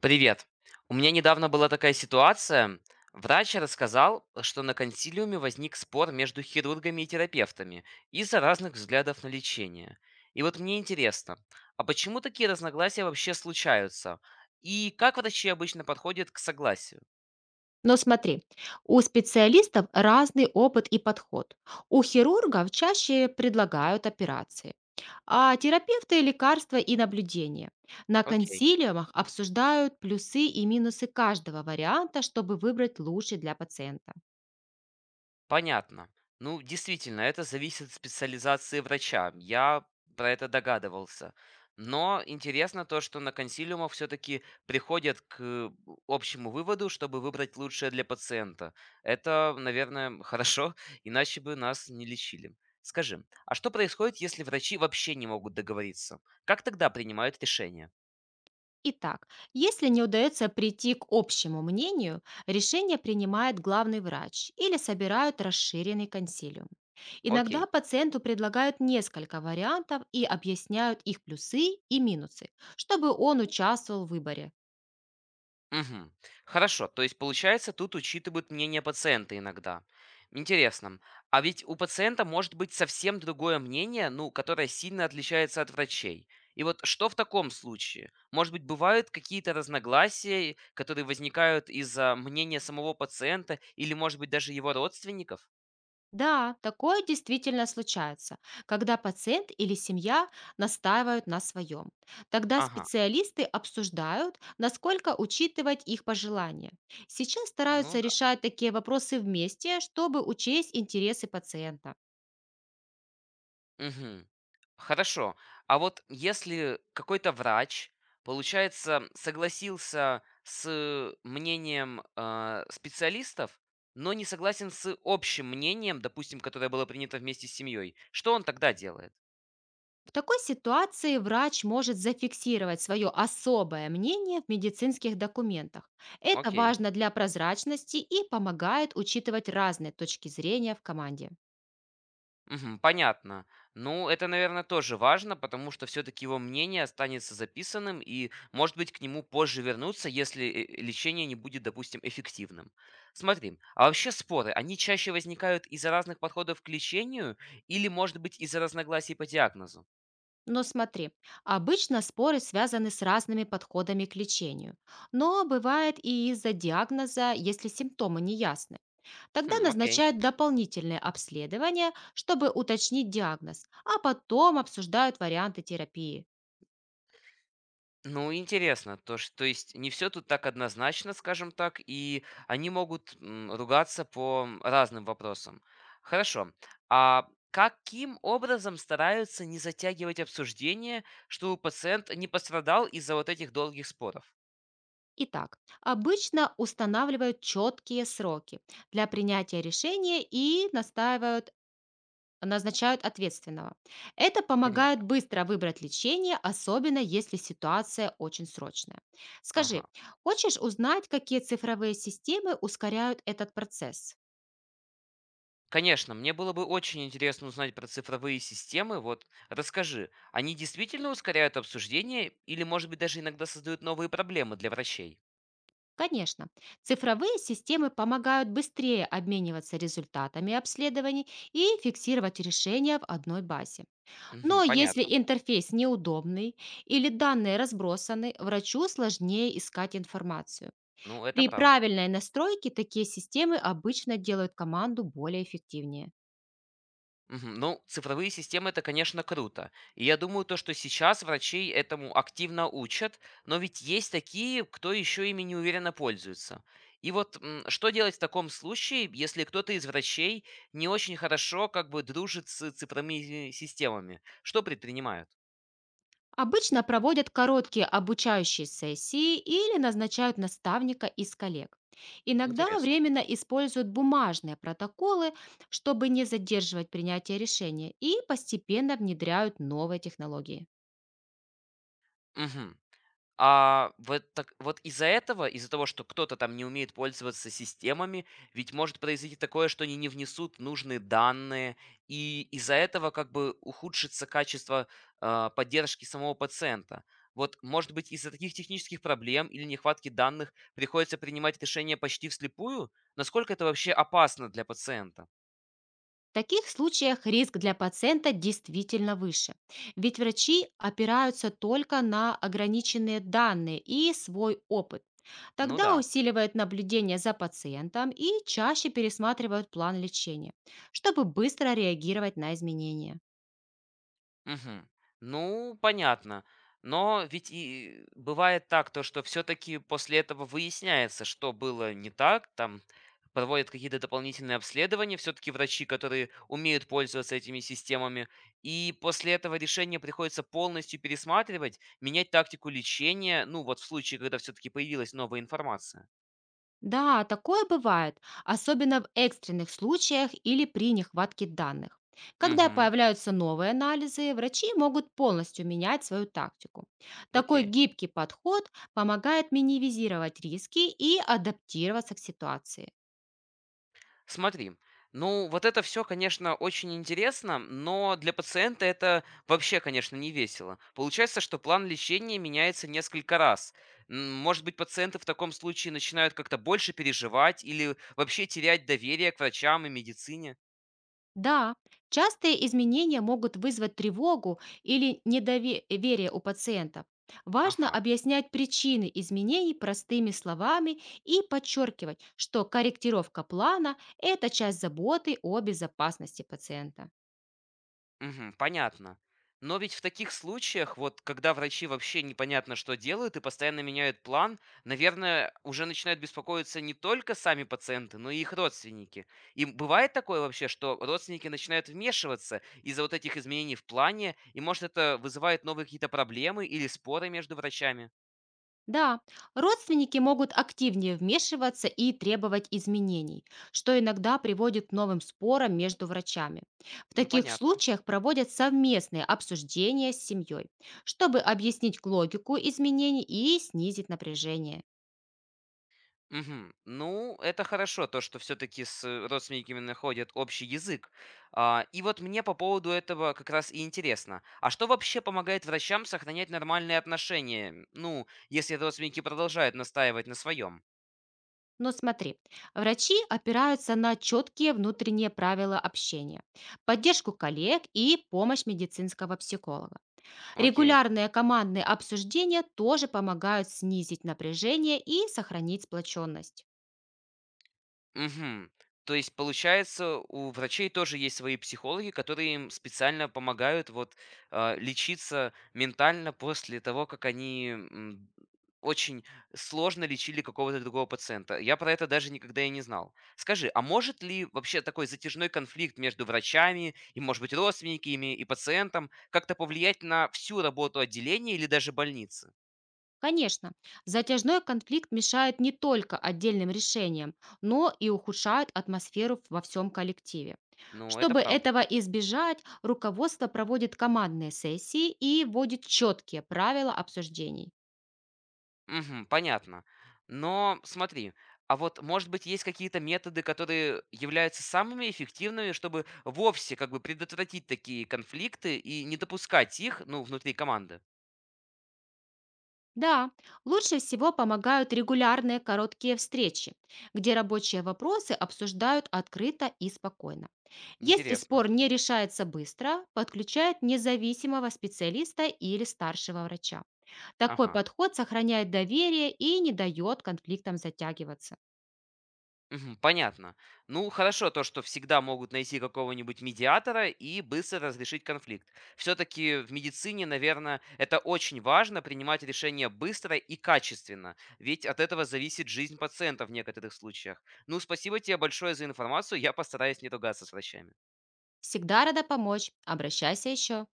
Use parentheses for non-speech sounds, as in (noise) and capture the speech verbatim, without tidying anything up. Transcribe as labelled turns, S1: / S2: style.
S1: Привет. У меня недавно была такая ситуация. Врач рассказал, что на консилиуме возник спор между хирургами и терапевтами из-за разных взглядов на лечение. И вот мне интересно, а почему такие разногласия вообще случаются? И как врачи обычно подходят к согласию?
S2: Но смотри, у специалистов разный опыт и подход. У хирургов чаще предлагают операции, а терапевты– лекарства и наблюдения. На
S1: Окей.
S2: консилиумах обсуждают плюсы и минусы каждого варианта, чтобы выбрать лучший для пациента.
S1: Понятно. Ну, действительно, это зависит от специализации врача. Я про это догадывался. Но интересно то, что на консилиумах все-таки приходят к э, общему выводу, чтобы выбрать лучшее для пациента. Это, наверное, (laughs) хорошо, иначе бы нас не лечили. Скажи, а что происходит, если врачи вообще не могут договориться? Как тогда принимают решение?
S2: Итак, если не удается прийти к общему мнению, решение принимает главный врач или собирают расширенный консилиум.
S1: Окей.
S2: Иногда пациенту предлагают несколько вариантов и объясняют их плюсы и минусы, чтобы он участвовал в выборе.
S1: Мгм. Хорошо, то есть получается, тут учитывают мнение пациента иногда. Интересно, а ведь у пациента может быть совсем другое мнение, ну, которое сильно отличается от врачей. И вот что в таком случае? Может быть, бывают какие-то разногласия, которые возникают из-за мнения самого пациента или, может быть, даже его родственников?
S2: Да, такое действительно случается, когда пациент или семья настаивают на своем. Тогда
S1: Ага,
S2: специалисты обсуждают, насколько учитывать их пожелания. Сейчас
S1: ну
S2: стараются
S1: да.
S2: решать такие вопросы вместе, чтобы учесть интересы пациента.
S1: Мгм. Хорошо. А вот если какой-то врач, получается, согласился с мнением а, специалистов, но не согласен с общим мнением, допустим, которое было принято вместе с семьей, что он тогда делает?
S2: В такой ситуации врач может зафиксировать свое особое мнение в медицинских документах. Это
S1: Окей.
S2: важно для прозрачности и помогает учитывать разные точки зрения в команде.
S1: Мгм. Понятно. Ну, это, наверное, тоже важно, потому что все-таки его мнение останется записанным, и, может быть, к нему позже вернуться, если э, лечение не будет, допустим, эффективным. Смотри, а вообще споры, они чаще возникают из-за разных подходов к лечению или, может быть, из-за разногласий по диагнозу?
S2: Но смотри, обычно споры связаны с разными подходами к лечению. Но бывает и из-за диагноза, если симптомы не ясны. Тогда
S1: Хм, окей.
S2: назначают дополнительное обследование, чтобы уточнить диагноз, а потом обсуждают варианты терапии.
S1: Ну, интересно, то ш то есть не все тут так однозначно, скажем так, и они могут, м, ругаться по разным вопросам. Хорошо. А каким образом стараются не затягивать обсуждение, чтобы пациент не пострадал из-за вот этих долгих споров?
S2: Итак, обычно устанавливают четкие сроки для принятия решения и настаивают назначают ответственного. Это помогает
S1: Понятно.
S2: быстро выбрать лечение, особенно если ситуация очень срочная.
S1: Ага.
S2: Скажи, хочешь узнать, какие цифровые системы ускоряют этот процесс?
S1: Конечно, мне было бы очень интересно узнать про цифровые системы. Вот расскажи, они действительно ускоряют обсуждение или, может быть, даже иногда создают новые проблемы для врачей?
S2: Конечно, цифровые системы помогают быстрее обмениваться результатами обследований и фиксировать решения в одной базе. Но
S1: Мгм,
S2: если
S1: понятно.
S2: интерфейс неудобный или данные разбросаны, врачу сложнее искать информацию.
S1: Ну, это
S2: При
S1: правда.
S2: правильной настройке такие системы обычно делают команду более эффективнее.
S1: Мгм. Ну, цифровые системы это, конечно, круто. И я думаю, то, что сейчас врачей этому активно учат, но ведь есть такие, кто еще ими неуверенно пользуется. И вот м, что делать в таком случае, если кто-то из врачей не очень хорошо как бы дружит с цифровыми системами? Что предпринимают?
S2: Обычно проводят короткие обучающие сессии или назначают наставника из коллег. Иногда
S1: Интересно.
S2: временно используют бумажные протоколы, чтобы не задерживать принятие решения, и постепенно внедряют новые технологии.
S1: Мгм. А вот так вот из-за этого, из-за того, что кто-то там не умеет пользоваться системами, ведь может произойти такое, что они не внесут нужные данные, и из-за этого как бы ухудшится качество, а, поддержки самого пациента. Вот, может быть, из-за таких технических проблем или нехватки данных приходится принимать решения почти вслепую? Насколько это вообще опасно для пациента?
S2: В таких случаях риск для пациента действительно выше, ведь врачи опираются только на ограниченные данные и свой опыт.
S1: Ну
S2: Тогда
S1: да.
S2: усиливают наблюдение за пациентом и чаще пересматривают план лечения, чтобы быстро реагировать на изменения.
S1: Мгм. Ну, понятно. Но ведь и бывает так, то, что все-таки после этого выясняется, что было не так, там проводят какие-то дополнительные обследования, все-таки врачи, которые умеют пользоваться этими системами, и после этого решение приходится полностью пересматривать, менять тактику лечения, ну вот в случае, когда все-таки появилась новая информация.
S2: Да, такое бывает, особенно в экстренных случаях или при нехватке данных. Когда
S1: Угу,
S2: появляются новые анализы, врачи могут полностью менять свою тактику. Такой
S1: окей.
S2: гибкий подход помогает минимизировать риски и адаптироваться к ситуации.
S1: Смотри, ну вот это все, конечно, очень интересно, но для пациента это вообще, конечно, не весело. Получается, что план лечения меняется несколько раз. М, Может быть, пациенты в таком случае начинают как-то больше переживать или вообще терять доверие к врачам и медицине?
S2: Да, частые изменения могут вызвать тревогу или недоверие у пациентов. Важно
S1: Ага.
S2: объяснять причины изменений простыми словами и подчеркивать, что корректировка плана– это часть заботы о безопасности пациента.
S1: Мгм. Понятно. Но ведь в таких случаях, вот когда врачи вообще непонятно, что делают и постоянно меняют план, наверное, уже начинают беспокоиться не только сами пациенты, но и их родственники. И бывает такое вообще, что родственники начинают вмешиваться из-за вот этих изменений в плане, и может это вызывает новые какие-то проблемы или споры между врачами?
S2: Да, родственники могут активнее вмешиваться и требовать изменений, что иногда приводит к новым спорам между врачами. В
S1: М,
S2: таких
S1: Понятно.
S2: случаях проводят совместные обсуждения с семьей, чтобы объяснить логику изменений и снизить напряжение.
S1: Мгм. Ну, это хорошо, то, что все-таки с э, родственниками находят общий язык. А, и вот мне по поводу этого как раз и интересно. А что вообще помогает врачам сохранять нормальные отношения? Ну, если родственники продолжают настаивать на своем.
S2: Но смотри, врачи опираются на четкие внутренние правила общения, поддержку коллег и помощь медицинского психолога.
S1: Окей.
S2: Регулярные командные обсуждения тоже помогают снизить напряжение и сохранить сплоченность.
S1: Мгм. То есть, получается, у врачей тоже есть свои психологи, которые им специально помогают вот, а, лечиться ментально после того, как они, м, очень сложно лечили какого-то другого пациента. Я про это даже никогда и не знал. Скажи, а может ли вообще такой затяжной конфликт между врачами и, может быть, родственниками и пациентом как-то повлиять на всю работу отделения или даже больницы?
S2: Конечно, затяжной конфликт мешает не только отдельным решениям, но и ухудшает атмосферу во всем коллективе.
S1: Ну, это
S2: Чтобы
S1: правда.
S2: этого избежать, руководство проводит командные сессии и вводит четкие правила обсуждений.
S1: Мгм. Понятно. Но смотри, а вот, может быть, есть какие-то методы, которые являются самыми эффективными, чтобы вовсе как бы предотвратить такие конфликты и не допускать их, ну, внутри команды?
S2: Да, лучше всего помогают регулярные короткие встречи, где рабочие вопросы обсуждают открыто и спокойно. Если
S1: Интересно.
S2: спор не решается быстро, подключают независимого специалиста или старшего врача. Такой
S1: Ага.
S2: подход сохраняет доверие и не дает конфликтам затягиваться.
S1: Мгм. Понятно. Ну, хорошо то, что всегда могут найти какого-нибудь медиатора и быстро разрешить конфликт. Все-таки в медицине, наверное, это очень важно принимать решения быстро и качественно, ведь от этого зависит жизнь пациента в некоторых случаях. Ну, спасибо тебе большое за информацию, я постараюсь не ругаться с врачами.
S2: Всегда рада помочь. Обращайся еще.